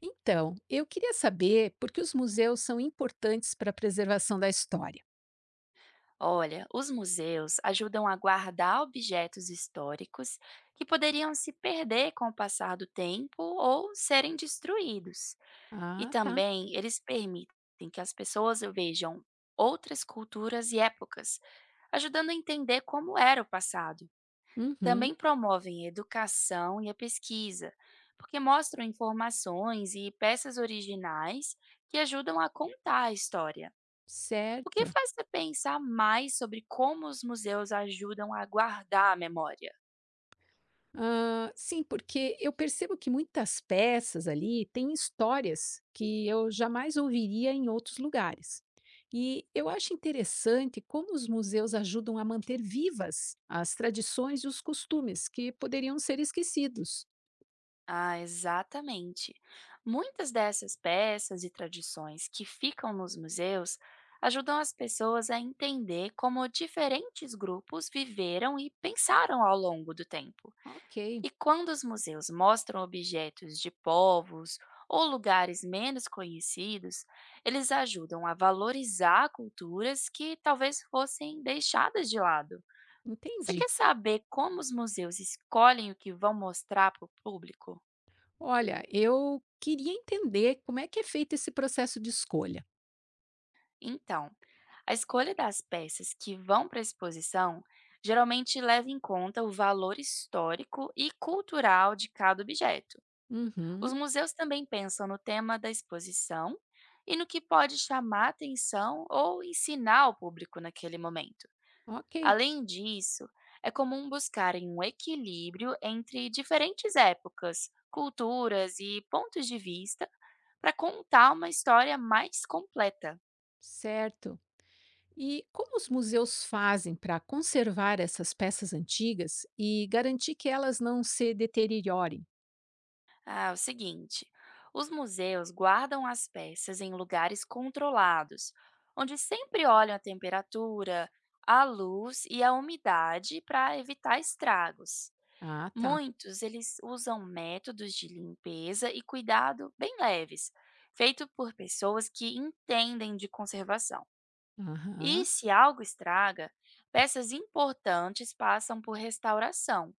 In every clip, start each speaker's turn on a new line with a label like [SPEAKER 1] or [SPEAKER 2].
[SPEAKER 1] Então, eu queria saber por que os museus são importantes para a preservação da história.
[SPEAKER 2] Olha, os museus ajudam a guardar objetos históricos que poderiam se perder com o passar do tempo ou serem destruídos. E
[SPEAKER 1] Ah, tá.
[SPEAKER 2] também eles permitem que as pessoas vejam outras culturas e épocas, ajudando a entender como era o passado.
[SPEAKER 1] Uhum,
[SPEAKER 2] Também promovem a educação e a pesquisa, porque mostram informações e peças originais que ajudam a contar a história. O que
[SPEAKER 1] certo.
[SPEAKER 2] faz você pensar mais sobre como os museus ajudam a guardar a memória?
[SPEAKER 1] Ah, sim, porque eu percebo que muitas peças ali têm histórias que eu jamais ouviria em outros lugares. E eu acho interessante como os museus ajudam a manter vivas as tradições e os costumes que poderiam ser esquecidos.
[SPEAKER 2] Ah, exatamente. Muitas dessas peças e tradições que ficam nos museus ajudam as pessoas a entender como diferentes grupos viveram e pensaram ao longo do tempo.
[SPEAKER 1] Ok,
[SPEAKER 2] E quando os museus mostram objetos de povos ou lugares menos conhecidos, eles ajudam a valorizar culturas que talvez fossem deixadas de lado. Você
[SPEAKER 1] entendi.
[SPEAKER 2] quer saber como os museus escolhem o que vão mostrar para o público?
[SPEAKER 1] Olha, eu queria entender como é que é feito esse processo de escolha.
[SPEAKER 2] Então, a escolha das peças que vão para a exposição geralmente leva em conta o valor histórico e cultural de cada objeto.
[SPEAKER 1] Uhum,
[SPEAKER 2] Os museus também pensam no tema da exposição e no que pode chamar atenção ou ensinar o público naquele momento.
[SPEAKER 1] ok,
[SPEAKER 2] Além disso, é comum buscarem um equilíbrio entre diferentes épocas, culturas e pontos de vista para contar uma história mais completa.
[SPEAKER 1] certo. E como os museus fazem para conservar essas peças antigas e garantir que elas não se deteriorem?
[SPEAKER 2] Ah, é o seguinte: os museus guardam as peças em lugares controlados, onde sempre olham a temperatura, a luz e a umidade para evitar estragos.
[SPEAKER 1] Ah, tá.
[SPEAKER 2] Muitos eles usam métodos de limpeza e cuidado bem leves, feito por pessoas que entendem de conservação. E
[SPEAKER 1] Aham,
[SPEAKER 2] se algo estraga, peças importantes passam por restauração.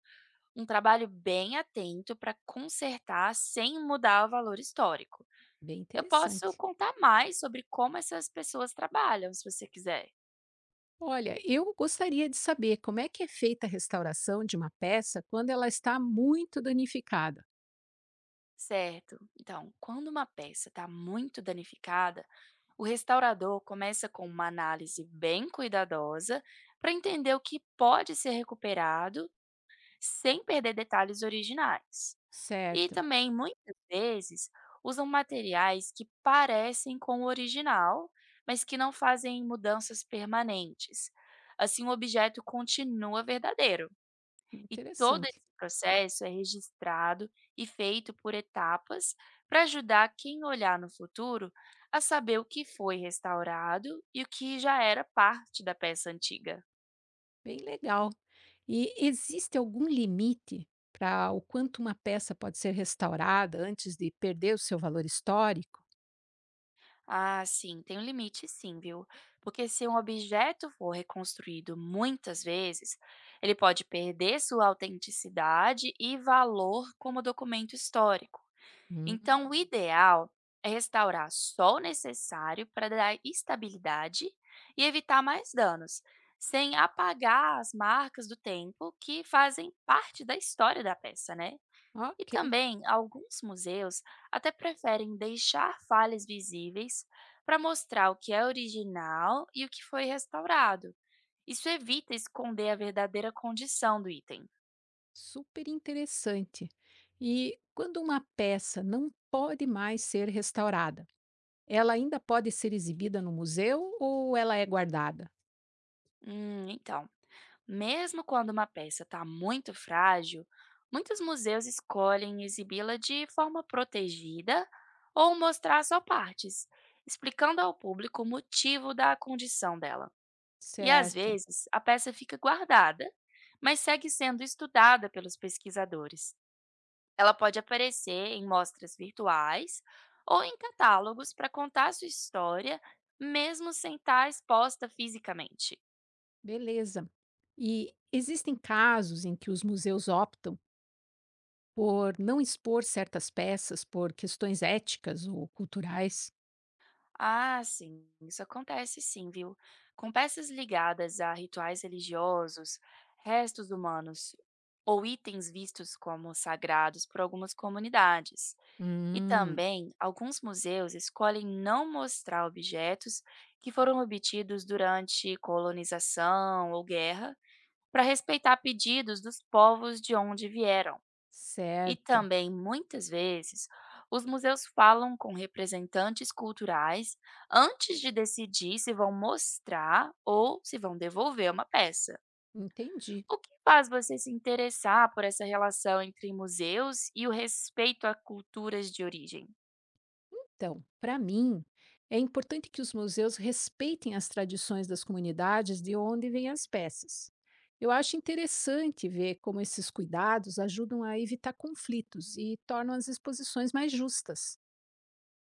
[SPEAKER 2] Um trabalho bem atento para consertar sem mudar o valor histórico.
[SPEAKER 1] bem
[SPEAKER 2] Eu posso
[SPEAKER 1] interessante.
[SPEAKER 2] contar mais sobre como essas pessoas trabalham, se você quiser.
[SPEAKER 1] Olha, eu gostaria de saber como é que é feita a restauração de uma peça quando ela está muito danificada.
[SPEAKER 2] Certo. Então, quando uma peça está muito danificada, o restaurador começa com uma análise bem cuidadosa para entender o que pode ser recuperado sem perder detalhes originais. E
[SPEAKER 1] Certo,
[SPEAKER 2] também, muitas vezes, usam materiais que parecem com o original, mas que não fazem mudanças permanentes. Assim, o objeto continua verdadeiro. E todo
[SPEAKER 1] interessante.
[SPEAKER 2] esse processo é registrado e feito por etapas para ajudar quem olhar no futuro a saber o que foi restaurado e o que já era parte da peça antiga.
[SPEAKER 1] Bem legal. E existe algum limite para o quanto uma peça pode ser restaurada antes de perder o seu valor histórico?
[SPEAKER 2] Ah, sim, tem um limite sim, viu? Porque se um objeto for reconstruído muitas vezes, ele pode perder sua autenticidade e valor como documento histórico.
[SPEAKER 1] Hum,
[SPEAKER 2] Então, o ideal é restaurar só o necessário para dar estabilidade e evitar mais danos, sem apagar as marcas do tempo que fazem parte da história da peça, né? E
[SPEAKER 1] ok,
[SPEAKER 2] também, alguns museus até preferem deixar falhas visíveis para mostrar o que é original e o que foi restaurado. Isso evita esconder a verdadeira condição do item.
[SPEAKER 1] super interessante. E quando uma peça não pode mais ser restaurada, ela ainda pode ser exibida no museu ou ela é guardada?
[SPEAKER 2] Então, mesmo quando uma peça está muito frágil, muitos museus escolhem exibi-la de forma protegida ou mostrar só partes, explicando ao público o motivo da condição dela. E às
[SPEAKER 1] Certo,
[SPEAKER 2] vezes a peça fica guardada, mas segue sendo estudada pelos pesquisadores. Ela pode aparecer em mostras virtuais ou em catálogos para contar sua história, mesmo sem estar exposta fisicamente.
[SPEAKER 1] beleza. E existem casos em que os museus optam por não expor certas peças por questões éticas ou culturais.
[SPEAKER 2] Ah, sim, isso acontece sim, viu? Com peças ligadas a rituais religiosos, restos humanos ou itens vistos como sagrados por algumas comunidades. E
[SPEAKER 1] Hum,
[SPEAKER 2] também, alguns museus escolhem não mostrar objetos que foram obtidos durante colonização ou guerra, para respeitar pedidos dos povos de onde vieram. E
[SPEAKER 1] Certo,
[SPEAKER 2] também, muitas vezes, os museus falam com representantes culturais antes de decidir se vão mostrar ou se vão devolver uma peça.
[SPEAKER 1] entendi.
[SPEAKER 2] O que faz você se interessar por essa relação entre museus e o respeito a culturas de origem?
[SPEAKER 1] Então, para mim, é importante que os museus respeitem as tradições das comunidades de onde vêm as peças. Eu acho interessante ver como esses cuidados ajudam a evitar conflitos e tornam as exposições mais justas.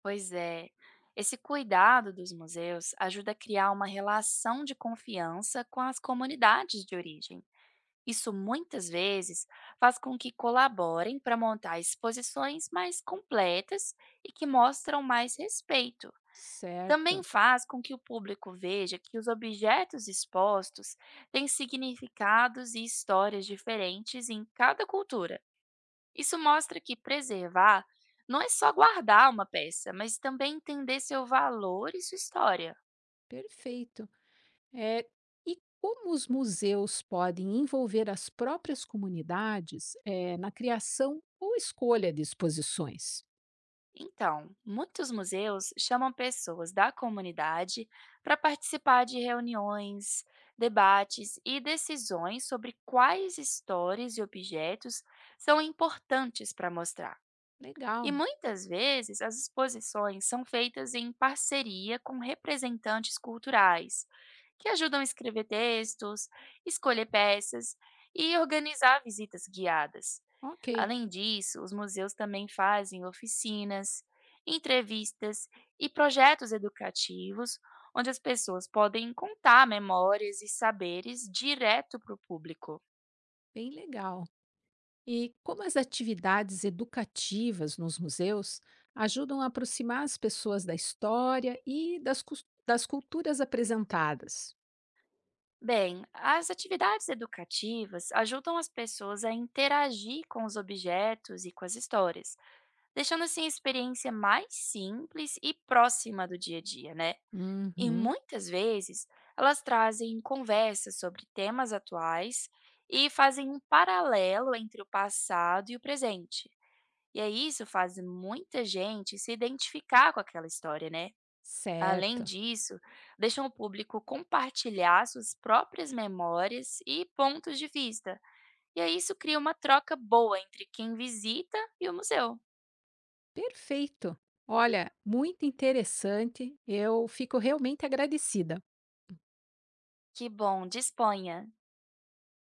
[SPEAKER 2] Pois é. Esse cuidado dos museus ajuda a criar uma relação de confiança com as comunidades de origem. Isso muitas vezes faz com que colaborem para montar exposições mais completas e que mostram mais respeito. Também
[SPEAKER 1] Certo,
[SPEAKER 2] faz com que o público veja que os objetos expostos têm significados e histórias diferentes em cada cultura. Isso mostra que preservar não é só guardar uma peça, mas também entender seu valor e sua história.
[SPEAKER 1] perfeito. É, e como os museus podem envolver as próprias comunidades, é, na criação ou escolha de exposições?
[SPEAKER 2] Então, muitos museus chamam pessoas da comunidade para participar de reuniões, debates e decisões sobre quais histórias e objetos são importantes para mostrar. E
[SPEAKER 1] Legal,
[SPEAKER 2] muitas vezes as exposições são feitas em parceria com representantes culturais, que ajudam a escrever textos, escolher peças e organizar visitas guiadas.
[SPEAKER 1] ok,
[SPEAKER 2] Além disso, os museus também fazem oficinas, entrevistas e projetos educativos, onde as pessoas podem contar memórias e saberes direto para o público.
[SPEAKER 1] bem legal. E como as atividades educativas nos museus ajudam a aproximar as pessoas da história e das, das culturas apresentadas?
[SPEAKER 2] Bem, as atividades educativas ajudam as pessoas a interagir com os objetos e com as histórias, deixando assim a experiência mais simples e próxima do dia a dia, né? E
[SPEAKER 1] Uhum,
[SPEAKER 2] muitas vezes elas trazem conversas sobre temas atuais e fazem um paralelo entre o passado e o presente. E aí isso faz muita gente se identificar com aquela história, né? Além
[SPEAKER 1] certo,
[SPEAKER 2] disso, deixam o público compartilhar suas próprias memórias e pontos de vista. E aí isso cria uma troca boa entre quem visita e o museu.
[SPEAKER 1] perfeito. Olha, muito interessante. Eu fico realmente agradecida.
[SPEAKER 2] Que bom, disponha!